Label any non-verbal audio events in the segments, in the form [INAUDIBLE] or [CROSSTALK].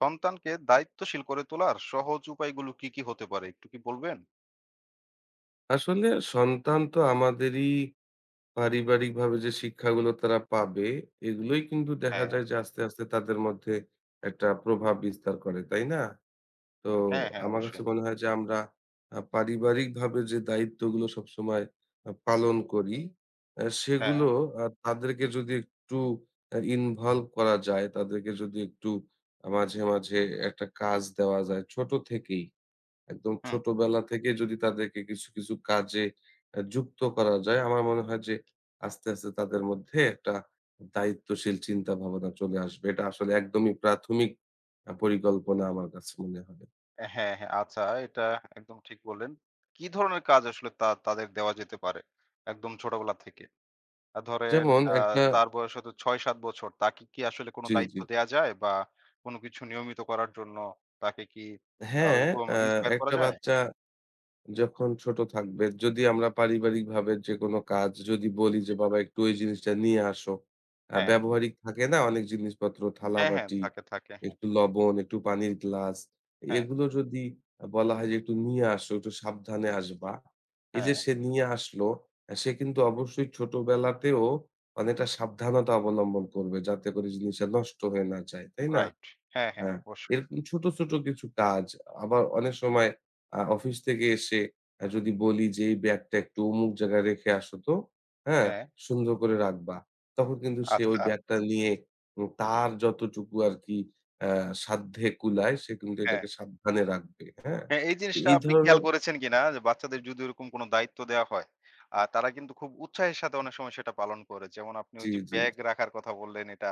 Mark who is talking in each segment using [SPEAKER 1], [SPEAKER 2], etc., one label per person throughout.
[SPEAKER 1] সন্তানকে দায়িত্বশীল করে তোলার সহজ উপায়গুলো কি, কি হতে পারে একটু কি বলবেন?
[SPEAKER 2] আসলে সন্তান তো আমাদেরই পারিবারিকভাবে যে শিক্ষাগুলো তারা পাবে, এগুলোই কিন্তু দেখা
[SPEAKER 1] হ্যাঁ,
[SPEAKER 2] যায় যে আস্তে, আস্তে তাদের মধ্যে একটা প্রভাব বিস্তার করে, তাই না? তো
[SPEAKER 1] হ্যাঁ,
[SPEAKER 2] আমার কাছে
[SPEAKER 1] অবশ্যই।
[SPEAKER 2] মনে হয় যে আমরা পারিবারিকভাবে যে দায়িত্বগুলো সবসময় পালন করি,
[SPEAKER 1] হ্যাঁ,
[SPEAKER 2] সেগুলো তাদেরকে যদি একটু ইনভলভ করা যায়, তাদেরকে যদি একটু মাঝে, মাঝে একটা কাজ দেওয়া যায় ছোট থেকেই। একদম
[SPEAKER 1] হুম।
[SPEAKER 2] ছোটবেলা থেকে যদি তাদেরকে কিছু, কিছু কাজে যুক্ত করা যায়, আমার মনে হয় যে আস্তে, আস্তে তাদের মধ্যে একটা দায়িত্বশীল চিন্তাভাবনা চলে আসবে। এটা আসলে একদমই প্রাথমিক পরিকল্পনা আমার কাছে মনে হয়।
[SPEAKER 1] হ্যাঁ, আচ্ছা, এটা একদম ঠিক বললেন। কি ধরনের কাজ আসলে তা তাদের দেওয়া যেতে পারে? একদম ছোটবেলা থেকে। ধরেন
[SPEAKER 2] যেমন
[SPEAKER 1] আ
[SPEAKER 2] একটা
[SPEAKER 1] তার বয়স হয়তো ৬-৭ বছর। তাকে কি আসলে কোনো
[SPEAKER 2] জি, জি।
[SPEAKER 1] দায়িত্ব দেয়া যায় বা কোনো কিছু নিয়মিত করার জন্য তাকে কি
[SPEAKER 2] হ্যাঁ,
[SPEAKER 1] ওইরকম
[SPEAKER 2] আ
[SPEAKER 1] ইন্সপায়ার করা
[SPEAKER 2] একটা
[SPEAKER 1] যায়?
[SPEAKER 2] বাচ্চা যখন ছোট থাকবে যদি আমরা পারিবারিকভাবে যেকোনো কাজ যদি বলি যে, "বাবা একটু ওই জিনিসটা নিয়ে আসো।"
[SPEAKER 1] হ্যাঁ,
[SPEAKER 2] ব্যবহারিক থাকে না অনেক জিনিসপত্র
[SPEAKER 1] হ্যাঁ, হ্যাঁ,
[SPEAKER 2] থালাবাটি,
[SPEAKER 1] থাকে, থাকে।
[SPEAKER 2] একটু লবণ, একটু পানির গ্লাস।
[SPEAKER 1] হ্যাঁ,
[SPEAKER 2] এগুলো যদি বলা হয় যে, "একটু নিয়ে আসো, একটু সাবধানে আসবা।" এই যে
[SPEAKER 1] হ্যাঁ,
[SPEAKER 2] সে নিয়ে আসলো, সে কিন্তু অবশ্যই ছোটবেলাতেও অনেকটা সাবধানতা অবলম্বন করবে যাতে করে জিনিসটা নষ্ট হয়ে না যায়। তাই না?
[SPEAKER 1] রাইট। হ্যাঁ,
[SPEAKER 2] হ্যাঁ,
[SPEAKER 1] অবশ্যই।
[SPEAKER 2] এরকম ছোট, ছোট কিছু কাজ। আবার অনেক সময় অফিস থেকে এসে যদি বলি যে, "এই ব্যাগটা একটু অমুক জায়গায় রেখে আসো তো।" হ্যাঁ?
[SPEAKER 1] হ্যাঁ,
[SPEAKER 2] সুন্দর করে রাখবা। তখন কিন্তু সে ওই
[SPEAKER 1] আচ্ছা,
[SPEAKER 2] ব্যাগটা নিয়ে তার যতটুকু আরকি আ সাধ্যে কুলায় সে কিন্তু
[SPEAKER 1] হ্যাঁ।
[SPEAKER 2] এটাকে সাবধানে রাখবে। হ্যাঁ?
[SPEAKER 1] হ্যাঁ, এই
[SPEAKER 2] তো
[SPEAKER 1] জিনিসটা
[SPEAKER 2] এই
[SPEAKER 1] আপনি খেয়াল
[SPEAKER 2] ধরনের
[SPEAKER 1] করেছেন কিনা যে বাচ্চাদের যদি ওরকম কোনো দায়িত্ব দেওয়া হয়, তারা কিন্তু খুব উৎসাহের সাথে অনেক সময় সেটা পালন করে। যেমন আপনি
[SPEAKER 2] জি,
[SPEAKER 1] ওই যে
[SPEAKER 2] জি,
[SPEAKER 1] ব্যাগ
[SPEAKER 2] জি।
[SPEAKER 1] রাখার কথা বললেন, এটা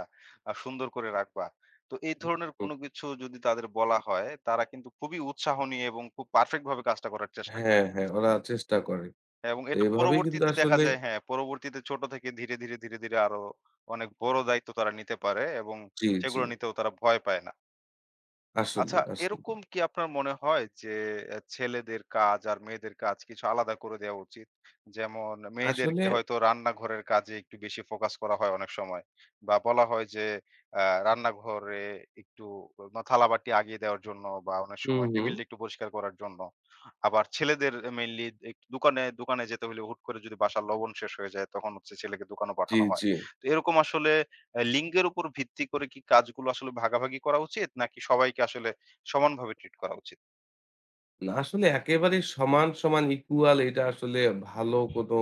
[SPEAKER 1] সুন্দর করে রাখবা। তো এই
[SPEAKER 2] হুম,
[SPEAKER 1] ধরনের
[SPEAKER 2] হুম।
[SPEAKER 1] কোনো কিছু যদি তাদের বলা হয়, তারা কিন্তু খুবই উৎসাহ নিয়ে এবং খুব পারফেক্ট ভাবে কাজটা করার চেষ্টা করে।
[SPEAKER 2] হ্যাঁ, হ্যাঁ, ওরা চেষ্টা করে।
[SPEAKER 1] হ্যাঁ, এবং
[SPEAKER 2] তো
[SPEAKER 1] এটা
[SPEAKER 2] এভাবেই কিন্তু
[SPEAKER 1] পরবর্তীতে দেখা
[SPEAKER 2] আসলে
[SPEAKER 1] যায়, হ্যাঁ, পরবর্তীতে ছোট থেকে ধীরে, ধীরে, আরো অনেক বড় দায়িত্ব তারা নিতে পারে এবং
[SPEAKER 2] জি, জি।
[SPEAKER 1] সেগুলো নিতেও তারা ভয় পায় না। আচ্ছা,
[SPEAKER 2] আসলেই, আসলেই।
[SPEAKER 1] এরকম কি আপনার মনে হয় যে ছেলেদের কাজ আর মেয়েদের কাজ কিছু আলাদা করে দেওয়া উচিত? যেমন
[SPEAKER 2] আসলে
[SPEAKER 1] মেয়েদেরকে হয়তো রান্নাঘরের কাজে একটু বেশি ফোকাস করা হয় অনেক সময়। বা বলা হয় যে রান্নাঘরে একটু মা থালাবাটি আগিয়ে দেওয়ার জন্য বা অনেক
[SPEAKER 2] হুম,
[SPEAKER 1] সময়
[SPEAKER 2] হুম।
[SPEAKER 1] টেবিলটা একটু পরিষ্কার করার জন্য। আবার ছেলেদের মেইনলি দোকানে দোকানে যেতে হলে হুট করে যদি বাসার লবণ শেষ হয়ে যায় তখন হচ্ছে ছেলেকে দোকানও
[SPEAKER 2] জি,
[SPEAKER 1] পাঠানো হয়।
[SPEAKER 2] জি।
[SPEAKER 1] তো এরকম আসলে লিঙ্গের উপর ভিত্তি করে কি কাজগুলো আসলে ভাগাভাগি করা উচিত? নাকি সবাইকে আসলে সমানভাবে ট্রিট করা উচিত?
[SPEAKER 2] না আসলে একেবারে সমান, সমান equal এটা আসলে ভালো কোনো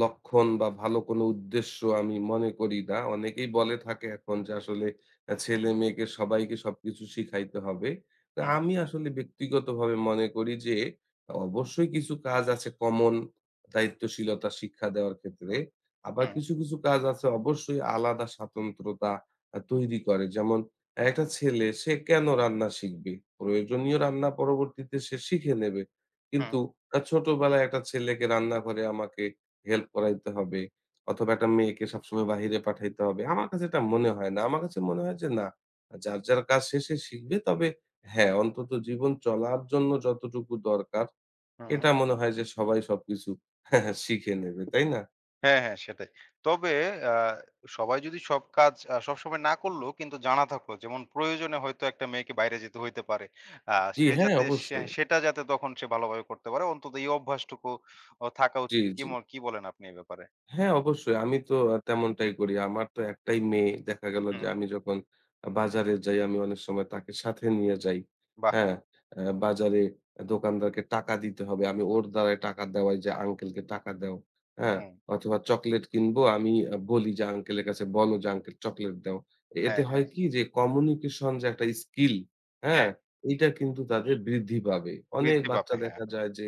[SPEAKER 2] লক্ষণ বা ভালো কোনো উদ্দেশ্য আমি মনে করি না। অনেকেই বলে থাকে এখন যে আসলে ছেলে-মেয়েকে সবাইকে সবকিছু শিখাইতে হবে। তো
[SPEAKER 1] হুম,
[SPEAKER 2] আমি আসলে ব্যক্তিগতভাবে মনে করি যে অবশ্যই কিছু কাজ আছে কমন দায়িত্বশীলতা শিক্ষা দেওয়ার ক্ষেত্রে। আবার
[SPEAKER 1] হুম,
[SPEAKER 2] কিছু, কিছু কাজ আছে অবশ্যই আলাদা স্বাতন্ত্রতা তৈরি করে। যেমন একটা ছেলে সে কেন রান্না শিখবে? প্রয়োজনীয় রান্না পরবর্তীতে সে শিখে নেবে।
[SPEAKER 1] হুম,
[SPEAKER 2] কিন্তু ছোটবেলায় একটা ছেলেকে রান্নাঘরে আমাকে হেল্প করাইতে হবে অথবা একটা মেয়েকে সবসময় বাহিরে পাঠাইতে হবে। আমার কাছে এটা মনে হয় না। আমার কাছে মনে হয় যে না, যার, যার কাজ শেষে শিখবে। তবে হ্যাঁ, অন্তত জীবন চলার জন্য যতটুকু দরকার এটা
[SPEAKER 1] হুম।
[SPEAKER 2] মনে হয় যে সবাই সবকিছু [LAUGHS] শিখে নেবে। তাই না?
[SPEAKER 1] হ্যাঁ, সেটাই। তবে আ সবাই যদি সব কাজ সবসময় না করলেও কিন্তু জানা থাকলো, যেমন প্রয়োজনে হয়তো একটা মেয়েকে বাইরে যেতে হইতে পারে। আ
[SPEAKER 2] জি,
[SPEAKER 1] সে
[SPEAKER 2] হ্যাঁ
[SPEAKER 1] যাতে সে
[SPEAKER 2] অবশ্যই।
[SPEAKER 1] সেটা, যাতে তখন সে ভালোভাবে করতে পারে, অন্তত এই অভ্যাসটুকু থাকা
[SPEAKER 2] জি,
[SPEAKER 1] উচিত।
[SPEAKER 2] জি।
[SPEAKER 1] কি বলেন আপনি এ ব্যাপারে?
[SPEAKER 2] হ্যাঁ, অবশ্যই। আমি তো তেমনটাই করি। আমার তো একটাই মেয়ে। দেখা গেল যে
[SPEAKER 1] হুম,
[SPEAKER 2] আমি যখন বাজারে যাই, আমি অনেক সময় তাকে সাথে নিয়ে যাই।
[SPEAKER 1] বাহ!
[SPEAKER 2] হ্যাঁ? বাজারে দোকানদারকে টাকা দিতে হবে। আমি ওর দ্বারাই টাকা দেওয়াই যে, "আঙ্কেলকে টাকা দাও।" হ্যাঁ?
[SPEAKER 1] হুম।
[SPEAKER 2] অথবা চকলেট কিনবো, আমি বলি যে, "আঙ্কেলের কাছে বলো যে, আঙ্কেল চকলেট দাও।" এতে
[SPEAKER 1] হ্যাঁ,
[SPEAKER 2] হয়
[SPEAKER 1] হ্যাঁ,
[SPEAKER 2] কি যে কমিউনিকেশন যে একটা স্কিল, হ্যাঁ?
[SPEAKER 1] হ্যাঁ।
[SPEAKER 2] এইটা কিন্তু তাদের বৃদ্ধি পাবে। অনেক
[SPEAKER 1] বৃদ্ধি
[SPEAKER 2] বাচ্চা
[SPEAKER 1] পাবে, হ্যাঁ।
[SPEAKER 2] দেখা যায় যে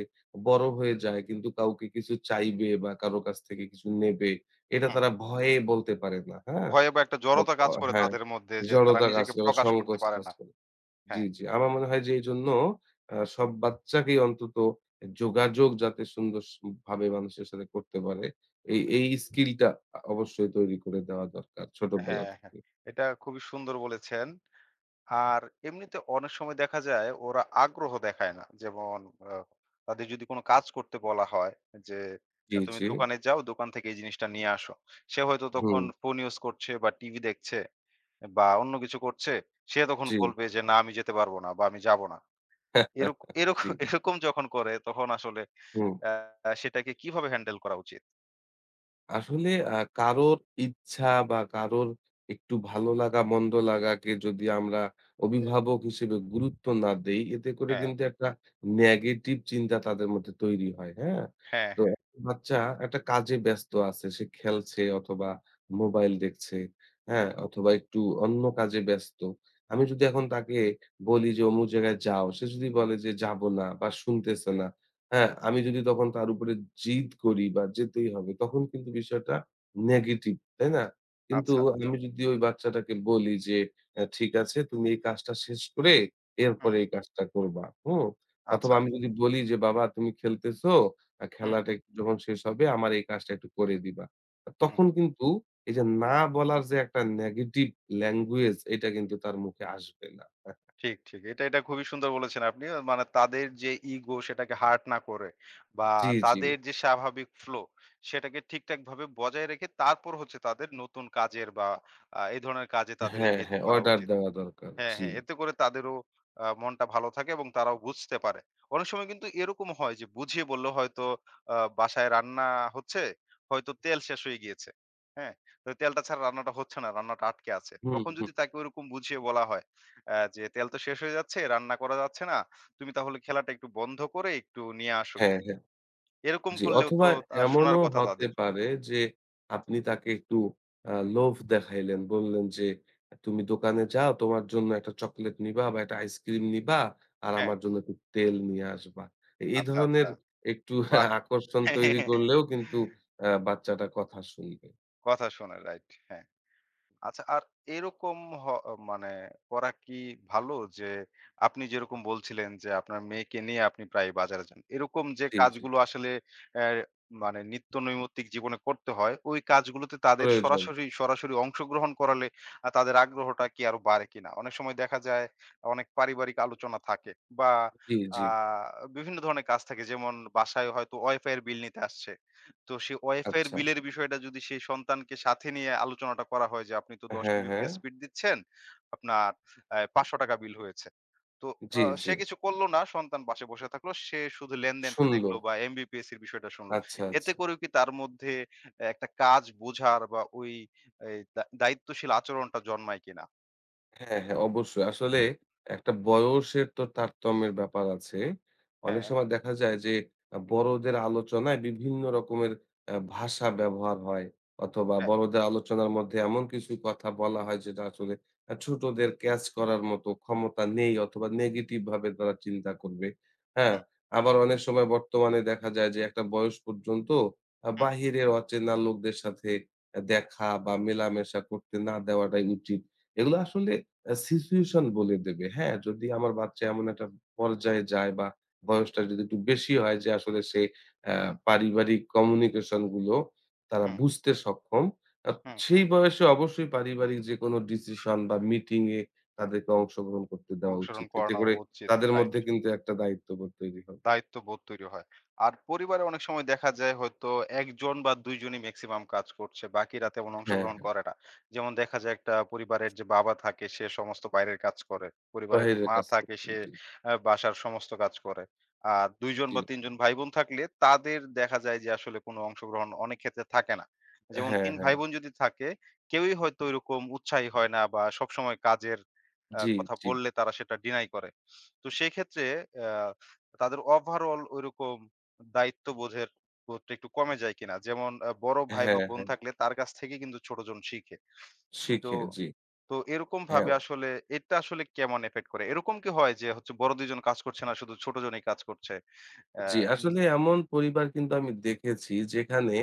[SPEAKER 2] বড় হয়ে যায় কিন্তু কাউকে কিছু চাইবে বা কারো কাছ থেকে কিছু নেবে এটা
[SPEAKER 1] হুম।
[SPEAKER 2] তারা ভয়ে বলতে পারে না। হ্যাঁ?
[SPEAKER 1] ভয়ে বা একটা
[SPEAKER 2] অ
[SPEAKER 1] জড়তা
[SPEAKER 2] অ
[SPEAKER 1] কাজ করে
[SPEAKER 2] হ্যাঁ,
[SPEAKER 1] তাদের মধ্যে যে তারা
[SPEAKER 2] জড়তা কাজ
[SPEAKER 1] নিজেকে
[SPEAKER 2] করে,
[SPEAKER 1] প্রকাশ করতে
[SPEAKER 2] সংকোচ
[SPEAKER 1] পারে
[SPEAKER 2] কাজ
[SPEAKER 1] না।
[SPEAKER 2] করে। জি,
[SPEAKER 1] হ্যাঁ,
[SPEAKER 2] জি। আমার মনে হয় যে এজন্য সব বাচ্চাকেই অন্তত যোগাযোগ যাতে সুন্দর ভাবে মানুষের সাথে করতে পারে এই স্কিলটা অবশ্যই তৈরি করে দেওয়া দরকার ছোটবেলা
[SPEAKER 1] হ্যাঁ।
[SPEAKER 2] থেকে।
[SPEAKER 1] এটা খুবই সুন্দর বলেছেন। আর এমনিতে অনেক সময় দেখা যায় ওরা আগ্রহ দেখায় না। যেমন আ তাদের যদি কোনো কাজ করতে বলা হয় যে,
[SPEAKER 2] জি,
[SPEAKER 1] তুমি
[SPEAKER 2] জি।
[SPEAKER 1] দোকানে যাও, দোকান থেকে এই জিনিসটা নিয়ে আসো।" সে হয়তো
[SPEAKER 2] হুম,
[SPEAKER 1] তখন ফোন ইউজ করছে বা টিভি দেখছে বা অন্য কিছু করছে। সে তখন
[SPEAKER 2] জি।
[SPEAKER 1] বলবে যে, "না আমি যেতে পারব না বা আমি যাব না।" এরক
[SPEAKER 2] [LAUGHS]
[SPEAKER 1] এরক
[SPEAKER 2] জি,
[SPEAKER 1] এরকম যখন করে তখন আসলে
[SPEAKER 2] হুম।
[SPEAKER 1] আ সেটাকে কিভাবে হ্যান্ডেল করা উচিত?
[SPEAKER 2] আসলে কারোর ইচ্ছা বা কারোর একটু ভালো লাগা মন্দ লাগাকে যদি আমরা অভিভাবক হিসেবে গুরুত্ব না দেই, এতে করে
[SPEAKER 1] হ্যাঁ।
[SPEAKER 2] কিন্তু একটা নেগেটিভ চিন্তা তাদের মধ্যে তৈরি হয়, হ্যাঁ?
[SPEAKER 1] হ্যাঁ,
[SPEAKER 2] তো
[SPEAKER 1] হ্যাঁ।
[SPEAKER 2] একটা বাচ্চা একটা কাজে ব্যস্ত আছে, সে খেলছে অথবা মোবাইল দেখছে, হ্যাঁ? অথবা একটু অন্য কাজে ব্যস্ত। আমি যদি এখন তাকে বলি যে অমুক জায়গায় যাও, সে যদি বলে যে যাব না বা শুনতেছে না
[SPEAKER 1] হুম,
[SPEAKER 2] হ্যাঁ, আমি যদি তখন তার উপরে জিদ করি বা যেতেই হবে তখন কিন্তু বিষয়টা নেগেটিভ, তাই না? কিন্তু
[SPEAKER 1] আচ্ছা।
[SPEAKER 2] জি। আমি যদি ওই বাচ্চাটাকে বলি যে, " ঠিক আছে তুমি এই কাজটা শেষ করে
[SPEAKER 1] হুম,
[SPEAKER 2] এরপরে এই কাজটা করবা।" হুম? অথবা
[SPEAKER 1] আচ্ছা।
[SPEAKER 2] আমি যদি বলি যে, "বাবা তুমি খেলতেছো,
[SPEAKER 1] হুম,
[SPEAKER 2] খেলাটা একটু যখন শেষ হবে আমার এই কাজটা একটু করে দিবা।"
[SPEAKER 1] হুম।
[SPEAKER 2] তখন কিন্তু এই যে না বলার যে একটা নেগেটিভ ল্যাঙ্গুয়েজ এটা কিন্তু তার মুখে আসবে না।
[SPEAKER 1] ঠিক। এটা খুবই সুন্দর বলেছেন আপনি। মানে তাদের যে ইগো সেটাকে হার্ট না করে বা
[SPEAKER 2] জি, জি।
[SPEAKER 1] তাদের যে স্বাভাবিক ফ্লো সেটাকে ঠিকঠাকভাবে বজায় রেখে তারপর হচ্ছে তাদের নতুন কাজের বা এই ধরনের কাজে তাদের
[SPEAKER 2] হ্যাঁ,
[SPEAKER 1] এনগেজ
[SPEAKER 2] হ্যাঁ,
[SPEAKER 1] করা
[SPEAKER 2] অর্ডার
[SPEAKER 1] উচিত।
[SPEAKER 2] দেওয়া দরকার।
[SPEAKER 1] হ্যাঁ,
[SPEAKER 2] জি।
[SPEAKER 1] হ্যাঁ। এতে করে তাদেরও মনটা ভালো থাকে এবং তারাও বুঝতে পারে। অনেক সময় কিন্তু এরকম হয় যে বুঝিয়ে বললেও হয়তো বাসায় রান্না হচ্ছে, হয়তো তেল শেষ হয়ে গিয়েছে। হ্যাঁ? তো তেলটা ছাড়া রান্নাটা হচ্ছে না, রান্নাটা আটকে আছে।
[SPEAKER 2] হুম,
[SPEAKER 1] তখন
[SPEAKER 2] হুম।
[SPEAKER 1] যদি তাকে ওরকম বুঝিয়ে বলা হয় যে, "তেল তো শেষ হয়ে যাচ্ছে, রান্না করা যাচ্ছে না। তুমি তাহলে খেলাটা একটু বন্ধ করে একটু নিয়ে আসো
[SPEAKER 2] হ্যাঁ,
[SPEAKER 1] গিয়ে।"
[SPEAKER 2] হ্যাঁ।
[SPEAKER 1] এরকম
[SPEAKER 2] জি,
[SPEAKER 1] করলেও তো
[SPEAKER 2] অথবা
[SPEAKER 1] শোনার
[SPEAKER 2] এমনও
[SPEAKER 1] কথা
[SPEAKER 2] হতে
[SPEAKER 1] তাদের।
[SPEAKER 2] পারে যে আপনি তাকে একটু লোভ দেখাইলেন। বললেন যে, "তুমি দোকানে যাও, তোমার জন্য একটা চকোলেট নিবা বা একটা আইসক্রিম নিবা আর
[SPEAKER 1] হ্যাঁ।
[SPEAKER 2] আমার জন্য একটু তেল নিয়ে আসবা।" এই
[SPEAKER 1] আচ্ছা,
[SPEAKER 2] ধরনের
[SPEAKER 1] আচ্ছা।
[SPEAKER 2] একটু
[SPEAKER 1] বাহ!
[SPEAKER 2] [LAUGHS] আকর্ষণ তৈরি
[SPEAKER 1] [LAUGHS]
[SPEAKER 2] করলেও কিন্তু বাচ্চাটা কথা শুনবে।
[SPEAKER 1] কথা শোনে, রাইট। হ্যাঁ। আচ্ছা আর এরকম হ মানে করা কি ভালো? যে আপনি যেরকম বলছিলেন যে আপনার মেয়েকে নিয়ে আপনি প্রায় বাজারে যান। এরকম যে
[SPEAKER 2] জি, জি।
[SPEAKER 1] কাজগুলো আসলে অ্যা মানে নিত্য নৈমিত্তিক জীবনে করতে হয়, ওই কাজগুলোতে তাদের
[SPEAKER 2] প্রয়োজন।
[SPEAKER 1] সরাসরি অংশগ্রহণ করালে তাদের আগ্রহটা কি আরো বাড়ে কিনা? অনেক সময় দেখা যায় অনেক পারিবারিক আলোচনা থাকে বা
[SPEAKER 2] জি, জি।
[SPEAKER 1] আ বিভিন্ন ধরনের কাজ থাকে, যেমন বাসায় হয়তো ওয়াইফাই এর বিল নিতে আসছে। তো সে ওয়াইফাই এর
[SPEAKER 2] আচ্ছা।
[SPEAKER 1] বিলের বিষয়টা যদি সেই সন্তানকে সাথে নিয়ে আলোচনাটা করা হয় যে, "আপনি তো ১০
[SPEAKER 2] হ্যাঁ, হ্যাঁ।
[SPEAKER 1] এমবিপিএস স্পিড দিচ্ছেন, আপনার ৳৫০০ টাকা বিল হয়েছে।" তো
[SPEAKER 2] জি, জি।
[SPEAKER 1] সে কিছু করলো না, সন্তান পাশে বসে থাকলো। সে শুধু লেনদেনটা
[SPEAKER 2] শুনলো।
[SPEAKER 1] দেখলো বা এমবিপিএস এর বিষয়টা শুনলো।
[SPEAKER 2] আচ্ছা,
[SPEAKER 1] এতে
[SPEAKER 2] আচ্ছা।
[SPEAKER 1] করেও কি তার মধ্যে একটা কাজ বোঝার বা ওই এই দা দায়িত্বশীল আচরণটা জন্মায় কিনা?
[SPEAKER 2] হ্যাঁ, হ্যাঁ, অবশ্যই। আসলে একটা বয়সের তো তারতম্যের ব্যাপার আছে। অনেক
[SPEAKER 1] হ্যাঁ,
[SPEAKER 2] সময় দেখা যায় যে বড়দের আলোচনায় বিভিন্ন রকমের ভাষা ব্যবহার হয় অথবা
[SPEAKER 1] হ্যাঁ।
[SPEAKER 2] বড়দের আলোচনার মধ্যে এমন কিছু কথা বলা হয় যেটা আসলে ছোটদের ক্যাচ করার মতো ক্ষমতা নেই অথবা নেগেটিভ ভাবে তারা চিন্তা করবে। হ্যাঁ?
[SPEAKER 1] হুম,
[SPEAKER 2] আবার অনেক সময় বর্তমানে দেখা যায় যে একটা বয়স পর্যন্ত
[SPEAKER 1] হুম,
[SPEAKER 2] বাহিরের অচেনা লোকদের সাথে দেখা বা মেলামেশা করতে না দেওয়াটাই উচিত। এগুলো আসলে সিচুয়েশন বলে দেবে। হ্যাঁ, যদি আমার বাচ্চা এমন একটা পর্যায়ে যায় বা বয়সটা যদি একটু বেশি হয় যে আসলে সে আ পারিবারিক কমিউনিকেশন গুলো তারা
[SPEAKER 1] হুম,
[SPEAKER 2] বুঝতে সক্ষম। আ
[SPEAKER 1] হুম।
[SPEAKER 2] সেই বয়সে অবশ্যই পারিবারিক যেকোনো ডিসিশন বা মিটিং এ তাদেরকে অংশগ্রহণ করতে দেওয়া
[SPEAKER 1] অংশগ্রহণ
[SPEAKER 2] উচিত। এতে
[SPEAKER 1] করানো
[SPEAKER 2] করে
[SPEAKER 1] উচিত।
[SPEAKER 2] তাদের
[SPEAKER 1] রাইট।
[SPEAKER 2] মধ্যে কিন্তু একটা দায়িত্ববোধ তৈরি হবে।
[SPEAKER 1] দায়িত্ববোধ তৈরি হয়। আর পরিবারে অনেক সময় দেখা যায় হয়তো ১ জন বা ২ জনই মেক্সিমাম কাজ করছে। বাকিরা তেমন
[SPEAKER 2] হ্যাঁ,
[SPEAKER 1] অংশগ্রহণ
[SPEAKER 2] হ্যাঁ।
[SPEAKER 1] করে না। যেমন দেখা যায় একটা পরিবারের যে বাবা থাকে সে সমস্ত বাইরের কাজ করে। পরিবারের যে
[SPEAKER 2] বাহিরের
[SPEAKER 1] মা
[SPEAKER 2] কাজ
[SPEAKER 1] থাকে
[SPEAKER 2] করতে।
[SPEAKER 1] সে
[SPEAKER 2] জি,
[SPEAKER 1] বাসার সমস্ত কাজ করে। আর ২ জন
[SPEAKER 2] জি।
[SPEAKER 1] বা ৩ জন ভাই-বোন থাকলে তাদের দেখা যায় যে আসলে কোনো অংশগ্রহণ অনেক ক্ষেত্রে থাকে না। যেমন
[SPEAKER 2] হ্যাঁ,
[SPEAKER 1] ৩
[SPEAKER 2] হ্যাঁ।
[SPEAKER 1] ভাই-বোন যদি থাকে, কেউই হয়তো ওইরকম উৎসাহী হয় না বা সবসময় কাজের
[SPEAKER 2] জি,
[SPEAKER 1] কথা
[SPEAKER 2] জি।
[SPEAKER 1] বললে তারা সেটা ডিনাই করে। তো সেক্ষেত্রে অ্যা তাদের ওভারঅল ঐরকম দায়িত্ববোধের বোধটা একটু কমে যায় কিনা? যেমন বড় ভাই বা
[SPEAKER 2] হ্যাঁ,
[SPEAKER 1] বোন
[SPEAKER 2] হ্যাঁ।
[SPEAKER 1] থাকলে তার কাছ থেকে কিন্তু ছোটজন শিখে। তো
[SPEAKER 2] শিখে, জি।
[SPEAKER 1] তো এরকম
[SPEAKER 2] হ্যাঁ।
[SPEAKER 1] ভাবে আসলে এটা আসলে কেমন ইফেক্ট করে? এরকম কি হয় যে হচ্ছে বড় ২ জন কাজ করছে না, শুধু ছোটজনই কাজ করছে? অ্যা
[SPEAKER 2] জি,
[SPEAKER 1] উম
[SPEAKER 2] আসলে এমন পরিবার কিন্তু আমি দেখেছি যেখানে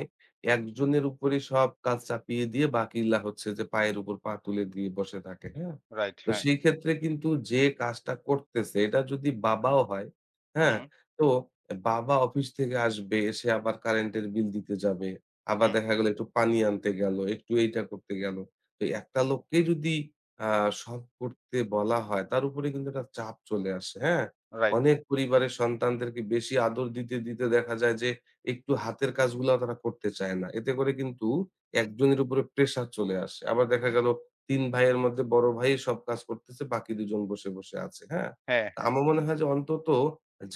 [SPEAKER 2] একজনের উপরে সব কাজ চাপিয়ে দিয়ে বাকিরা হচ্ছে যে পায়ের উপর পা তুলে দিয়ে বসে থাকে, হ্যাঁ?
[SPEAKER 1] রাইট,
[SPEAKER 2] তো
[SPEAKER 1] হ্যাঁ।
[SPEAKER 2] সেই ক্ষেত্রে কিন্তু যে কাজটা করতেছে এটা যদি বাবাও হয়, হ্যাঁ?
[SPEAKER 1] হুম,
[SPEAKER 2] তো বাবা অফিস থেকে আসবে, এসে আবার কারেন্টের বিল দিতে যাবে। আবার
[SPEAKER 1] হুম।
[SPEAKER 2] দেখা গেল একটু পানি আনতে গেল, একটু এইটা করতে গেল। তো একটা লোককে যদি আ সব করতে বলা হয় তার উপরে কিন্তু একটা চাপ চলে আসে, হ্যাঁ?
[SPEAKER 1] রাইট।
[SPEAKER 2] অনেক পরিবারের সন্তানদেরকে বেশি আদর দিতে, দিতে দেখা যায় যে একটু হাতের কাজগুলাও তারা করতে চায় না। এতে করে কিন্তু একজনের উপরে প্রেশার চলে আসে। আবার দেখা গেল ৩ ভাইয়ের মধ্যে বড় ভাই সব কাজ করতেছে, বাকি ২ জন বসে, বসে আছে। হ্যাঁ?
[SPEAKER 1] হ্যাঁ,
[SPEAKER 2] তা
[SPEAKER 1] হ্যাঁ।
[SPEAKER 2] আমার মনে হয় যে অন্তত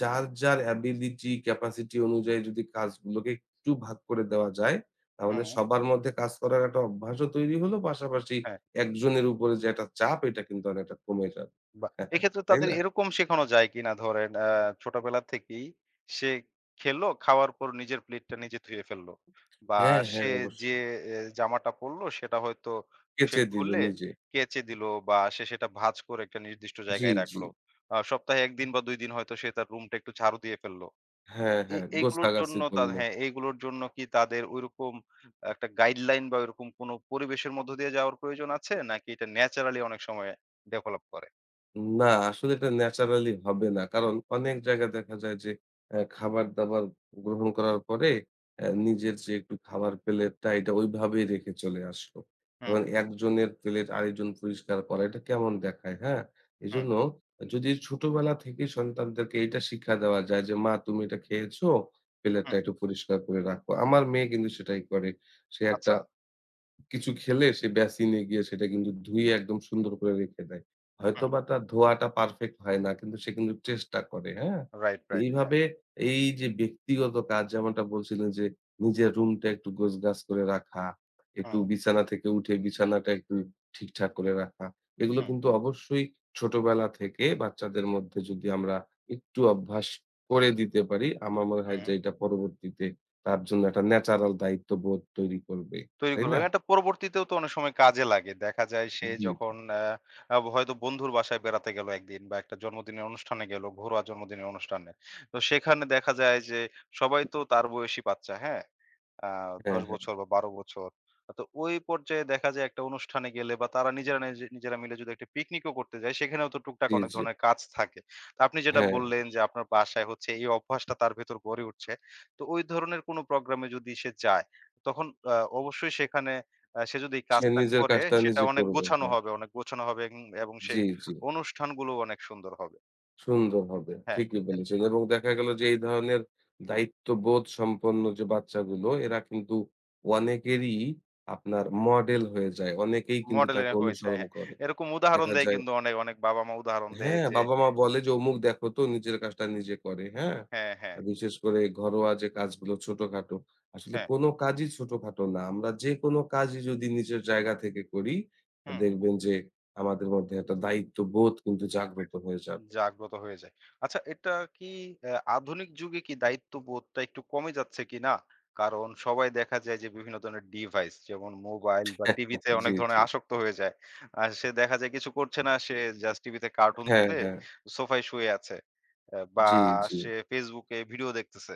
[SPEAKER 2] যার, যার অ্যাবিলিটি, ক্যাপাসিটি অনুযায়ী যদি কাজগুলোকে একটু ভাগ করে দেওয়া যায়, তাহলে
[SPEAKER 1] হুম,
[SPEAKER 2] সবার মধ্যে কাজ করার একটা অভ্যাসও তৈরি হলো। পাশাপাশি
[SPEAKER 1] হ্যাঁ।
[SPEAKER 2] একজনের উপরে যে একটা চাপ, এটা কিন্তু অনেকটা কমে যাবে।
[SPEAKER 1] বাহ!
[SPEAKER 2] [LAUGHS]
[SPEAKER 1] এক্ষেত্রে
[SPEAKER 2] তাই
[SPEAKER 1] তাদের
[SPEAKER 2] না?
[SPEAKER 1] এরকম শেখানো যায় কিনা, ধরেন ছোটবেলা থেকেই সে খেলো, খাওয়ার পর নিজের প্লেটটা নিজে ধুয়ে ফেললো। বা
[SPEAKER 2] হ্যাঁ, হ্যাঁ,
[SPEAKER 1] সে যে
[SPEAKER 2] অবশ্যই।
[SPEAKER 1] এ জামাটা পড়লো সেটা হয়তো সে
[SPEAKER 2] কেচে দিল
[SPEAKER 1] খুলে
[SPEAKER 2] নিজে।
[SPEAKER 1] কেচে দিলো বা সে সেটা ভাঁজ করে একটা নির্দিষ্ট
[SPEAKER 2] জি,
[SPEAKER 1] জায়গায়
[SPEAKER 2] জি।
[SPEAKER 1] রাখলো। সপ্তাহে ১ দিন বা ২ দিন হয়তো সে তার রুমটা একটু ঝাড়ু দিয়ে ফেললো।
[SPEAKER 2] হ্যাঁ,
[SPEAKER 1] এ
[SPEAKER 2] হ্যাঁ,
[SPEAKER 1] এইগুলোর
[SPEAKER 2] গোছাগাছি
[SPEAKER 1] জন্য তা
[SPEAKER 2] করলো।
[SPEAKER 1] হ্যাঁ, এইগুলোর জন্য কি তাদের ঐরকম একটা গাইডলাইন বা ওইরকম কোনো পরিবেশের মধ্য দিয়ে যাওয়ার প্রয়োজন আছে? নাকি এটা ন্যাচারালি অনেক সময় ডেভেলপ করে?
[SPEAKER 2] না, আসলে এটা ন্যাচারালি হবে না। কারণ অনেক জায়গায় দেখা যায় যে খাবার-দাবার গ্রহণ করার পরে নিজের যে একটু খাবার প্লেটটা এটা ওইভাবেই রেখে চলে আসলো।
[SPEAKER 1] হুম,
[SPEAKER 2] এবং একজনের প্লেট আরেকজন পরিষ্কার করা এটা কেমন দেখায়, হ্যাঁ?
[SPEAKER 1] হুম।
[SPEAKER 2] এজন্য যদি ছোটবেলা থেকেই সন্তানদেরকে এইটা শিক্ষা দেওয়া যায় যে, "মা তুমি এটা খেয়েছো, প্লেটটা
[SPEAKER 1] হুম,
[SPEAKER 2] একটু পরিষ্কার করে রাখো।" আমার মেয়ে কিন্তু সেটাই করে। সে একটা
[SPEAKER 1] আচ্ছা।
[SPEAKER 2] কিছু খেলে সে বেসিনে গিয়ে সেটা কিন্তু ধুয়ে একদম সুন্দর করে রেখে দেয়।
[SPEAKER 1] হুম।
[SPEAKER 2] হয়তোবা তার ধোয়াটা পারফেক্ট হয় না কিন্তু সে কিন্তু চেষ্টা করে, হ্যাঁ?
[SPEAKER 1] রাইট,
[SPEAKER 2] তো
[SPEAKER 1] রাইট। হ্যাঁ।
[SPEAKER 2] এইভাবে এই যে ব্যক্তিগত কাজ যেমনটা বলছিলেন যে নিজের রুমটা একটু গোছগাছ করে রাখা, একটু
[SPEAKER 1] হুম,
[SPEAKER 2] বিছানা থেকে উঠে বিছানাটা একটু ঠিকঠাক করে রাখা। এগুলো
[SPEAKER 1] হুম,
[SPEAKER 2] কিন্তু অবশ্যই ছোটবেলা থেকে বাচ্চাদের মধ্যে যদি আমরা একটু অভ্যাস করে দিতে পারি, আমার মনে হয় যে
[SPEAKER 1] হুম।
[SPEAKER 2] এটা পরবর্তীতে তার জন্য একটা ন্যাচারাল দায়িত্ববোধ তৈরি করবে।
[SPEAKER 1] তৈরি
[SPEAKER 2] তাই
[SPEAKER 1] করবে।
[SPEAKER 2] না?
[SPEAKER 1] এটা পরবর্তীতেও তো অনেক সময় কাজে লাগে। দেখা যায় সে
[SPEAKER 2] জি,
[SPEAKER 1] যখন আ আব হয়তো বন্ধুর বাসায় বেড়াতে গেল একদিন বা একটা জন্মদিনের অনুষ্ঠানে গেল, ঘরোয়া জন্মদিনের অনুষ্ঠানে। তো সেখানে দেখা যায় যে সবাই তো তার বয়সী বাচ্চা, হ্যাঁ? আ
[SPEAKER 2] হ্যাঁ,
[SPEAKER 1] ১০
[SPEAKER 2] হ্যাঁ।
[SPEAKER 1] বছর বা ১২ বছর। তো ওই পর্যায়ে দেখা যায় একটা অনুষ্ঠানে গেলে বা তারা নিজেরা নিজেরা মিলে যদি একটা পিকনিকও করতে যায়, সেখানেও তো টুকটাক
[SPEAKER 2] জি,
[SPEAKER 1] অনেক
[SPEAKER 2] জি।
[SPEAKER 1] ধরনের কাজ থাকে। তো আপনি যেটা
[SPEAKER 2] হ্যাঁ,
[SPEAKER 1] বললেন যে আপনার বাসায় হচ্ছে এই অভ্যাসটা তার ভেতর গড়ে উঠছে। তো ওই ধরনের কোনো প্রোগ্রামে যদি সে যায় তখন অবশ্যই সেখানে সে যদি এই
[SPEAKER 2] সে
[SPEAKER 1] কাজটা
[SPEAKER 2] নিজের
[SPEAKER 1] করে
[SPEAKER 2] কাজটা
[SPEAKER 1] সেটা
[SPEAKER 2] নিজে
[SPEAKER 1] অনেক
[SPEAKER 2] করবে।
[SPEAKER 1] গোছানো
[SPEAKER 2] হ্যাঁ।
[SPEAKER 1] হবে, অনেক গোছানো হবে এবং
[SPEAKER 2] জি,
[SPEAKER 1] সেই
[SPEAKER 2] জি।
[SPEAKER 1] অনুষ্ঠানগুলো অনেক সুন্দর হবে।
[SPEAKER 2] সুন্দর হবে।
[SPEAKER 1] হ্যাঁ,
[SPEAKER 2] ঠিকই বলেছেন। এবং দেখা গেল যে এই ধরনের দায়িত্ববোধ সম্পন্ন যে বাচ্চাগুলো এরা কিন্তু অনেকেরই আপনার মডেল হয়ে যায়। অনেকেই কিন্তু
[SPEAKER 1] মডেলের
[SPEAKER 2] তাকে
[SPEAKER 1] হয়ে যায়,
[SPEAKER 2] অনুসরণ
[SPEAKER 1] হ্যাঁ।
[SPEAKER 2] করে।
[SPEAKER 1] এরকম উদাহরণ
[SPEAKER 2] দেখা
[SPEAKER 1] দেয়
[SPEAKER 2] যায়
[SPEAKER 1] কিন্তু অনেক বাবা-মা উদাহরণ দেয়
[SPEAKER 2] হ্যাঁ,
[SPEAKER 1] যে
[SPEAKER 2] বাবা-মা বলে যে, "অমুক দেখো তো নিজের কাজটা নিজে করে।" হ্যাঁ?
[SPEAKER 1] হ্যাঁ, হ্যাঁ,
[SPEAKER 2] বিশেষ করে ঘরোয়া যে কাজগুলো ছোটখাটো। আসলে
[SPEAKER 1] হ্যাঁ।
[SPEAKER 2] কোন কাজই ছোটখাটো না। আমরা যেকোনো কাজই যদি নিজের জায়গা থেকে করি,
[SPEAKER 1] হুম।
[SPEAKER 2] দেখবেন যে আমাদের মধ্যে একটা দায়িত্ববোধ কিন্তু জাগ্রত হয়ে যাবে।
[SPEAKER 1] জাগ্রত হয়ে যায়। আচ্ছা, এটা কি আধুনিক যুগে কি দায়িত্ববোধটা একটু কমে যাচ্ছে কিনা? কারণ সবাই দেখা যায় যে বিভিন্ন ধরনের ডিভাইস যেমন মোবাইল বা টিভিতে
[SPEAKER 2] [LAUGHS] জি,
[SPEAKER 1] অনেক ধরনের
[SPEAKER 2] জি।
[SPEAKER 1] আসক্ত হয়ে যায়। আর সে দেখা যায় কিছু করছে না, সে জাস্ট টিভিতে কার্টুন
[SPEAKER 2] হ্যাঁ,
[SPEAKER 1] ছেড়ে
[SPEAKER 2] হ্যাঁ।
[SPEAKER 1] সোফায় শুয়ে আছে। বা
[SPEAKER 2] জি, জি।
[SPEAKER 1] সে Facebook এ ভিডিও দেখতেছে।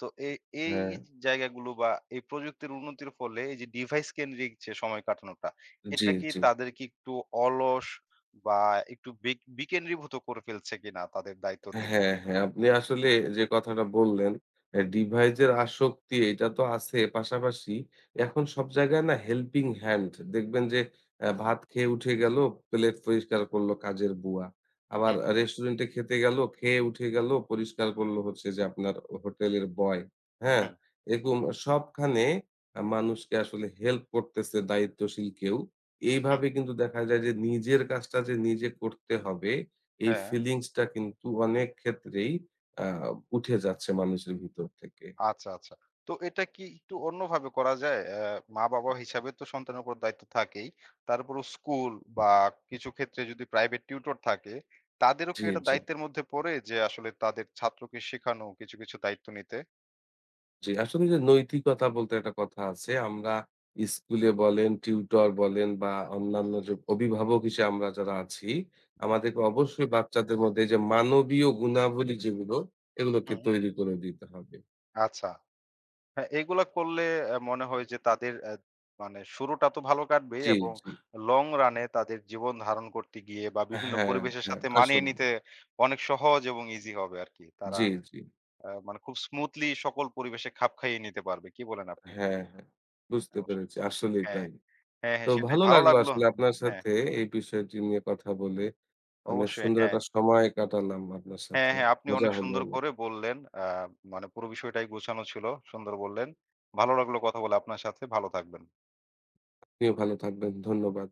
[SPEAKER 1] তো এ এই
[SPEAKER 2] হ্যাঁ।
[SPEAKER 1] জায়গাগুলো বা এই প্রযুক্তির উন্নতির ফলে এই যে ডিভাইস কেন্দ্রিক যে সময় কাটানোটা,
[SPEAKER 2] জি,
[SPEAKER 1] এটা কি
[SPEAKER 2] জি।
[SPEAKER 1] তাদেরকে একটু অলস বা একটু বিকেন্দ্রীভূত করে ফেলছে কিনা তাদের দায়িত্ব থেকে?
[SPEAKER 2] হ্যাঁ, হ্যাঁ। আপনি আসলে যে কথাটা বললেন, ডিভাইসের আসক্তি এটা তো আছে। পাশাপাশি এখন সব জায়গায় না হেল্পিং হ্যান্ড দেখবেন যে ভাত খেয়ে উঠে গেল, প্লেট পরিষ্কার করলো কাজের বুয়া। আবার
[SPEAKER 1] হুম,
[SPEAKER 2] রেস্টুরেন্টে খেতে গেল, খেয়ে উঠে গেল, পরিষ্কার করলো হচ্ছে যে আপনার হোটেলের বয়। হ্যাঁ?
[SPEAKER 1] হুম,
[SPEAKER 2] এরকম সবখানে মানুষকে আসলে হেল্প করতেছে দায়িত্বশীল কেউ।
[SPEAKER 1] হুম।
[SPEAKER 2] এইভাবে কিন্তু দেখা যায় যে নিজের কাজটা যে নিজে করতে হবে এই
[SPEAKER 1] হ্যাঁ,
[SPEAKER 2] ফিলিংস টা কিন্তু অনেক ক্ষেত্রেই আ উঠে যাচ্ছে মানুষের ভিতর থেকে।
[SPEAKER 1] আচ্ছা, আচ্ছা। তো এটা কি একটু অন্যভাবে করা যায়? মা-বাবা হিসাবে তো সন্তানের উপর দায়িত্ব থাকেই। তার উপরও স্কুল বা কিছু ক্ষেত্রে যদি প্রাইভেট টিউটর থাকে, তাদেরও
[SPEAKER 2] জি,
[SPEAKER 1] কি এটা
[SPEAKER 2] জি,
[SPEAKER 1] দায়িত্বের মধ্যে পড়ে যে আসলে তাদের ছাত্রকে শেখানো কিছু, কিছু দায়িত্ব নিতে?
[SPEAKER 2] জি। আসলে যে নৈতিকতা বলতে একটা কথা আছে। আমরা স্কুলে বলেন, টিউটর বলেন বা অন্যান্য যে অভিভাবক হিসেবে আমরা যারা আছি, আমাদেরকে অবশ্যই বাচ্চাদের মধ্যে এই যে মানবীয় গুণাবলী যেগুলো, এগুলোকে
[SPEAKER 1] হুম।
[SPEAKER 2] তৈরি করে দিতে হবে।
[SPEAKER 1] আচ্ছা। হ্যাঁ, এগুলা করলে মনে হয় যে তাদের মানে শুরুটা তো ভালো কাটবেই
[SPEAKER 2] জি,
[SPEAKER 1] এবং
[SPEAKER 2] জি।
[SPEAKER 1] লং রান এ তাদের জীবন ধারণ করতে গিয়ে বা বিভিন্ন
[SPEAKER 2] হ্যাঁ,
[SPEAKER 1] পরিবেশের
[SPEAKER 2] হ্যাঁ।
[SPEAKER 1] সাথে মানিয়ে
[SPEAKER 2] আসলে।
[SPEAKER 1] নিতে অনেক সহজ এবং ইজি হবে আরকি। তারা
[SPEAKER 2] জি, জি।
[SPEAKER 1] মানে খুব স্মুথলি সকল পরিবেশে খাপ খাইয়ে নিতে পারবে। কি বলেন আপনি?
[SPEAKER 2] হ্যাঁ, হ্যাঁ। বুঝতে
[SPEAKER 1] অবশ্যই।
[SPEAKER 2] পেরেছি। আসলেই
[SPEAKER 1] হ্যাঁ,
[SPEAKER 2] তাই।
[SPEAKER 1] হ্যাঁ। হ্যাঁ,
[SPEAKER 2] তো
[SPEAKER 1] হ্যাঁ সেটাই।
[SPEAKER 2] ভালো
[SPEAKER 1] ভালো
[SPEAKER 2] লাগলো
[SPEAKER 1] লাগলো,
[SPEAKER 2] আসলে
[SPEAKER 1] হুম,
[SPEAKER 2] আপনার
[SPEAKER 1] হ্যাঁ,
[SPEAKER 2] সাথে এই বিষয়টি নিয়ে কথা বলে। অনেক
[SPEAKER 1] অবশ্যই।
[SPEAKER 2] সুন্দর
[SPEAKER 1] হ্যাঁ,
[SPEAKER 2] একটা সময় কাটালাম আপনার
[SPEAKER 1] হ্যাঁ,
[SPEAKER 2] সাথে।
[SPEAKER 1] হ্যাঁ। আপনি
[SPEAKER 2] মজা
[SPEAKER 1] অনেক
[SPEAKER 2] হলো
[SPEAKER 1] সুন্দর
[SPEAKER 2] অনেক।
[SPEAKER 1] করে বললেন। মানে পুরো বিষয়টাই গোছানো ছিল। সুন্দর বললেন। ভালো লাগলো কথা বলে আপনার সাথে। ভালো থাকবেন।
[SPEAKER 2] আপনিও ভালো থাকবেন। ধন্যবাদ।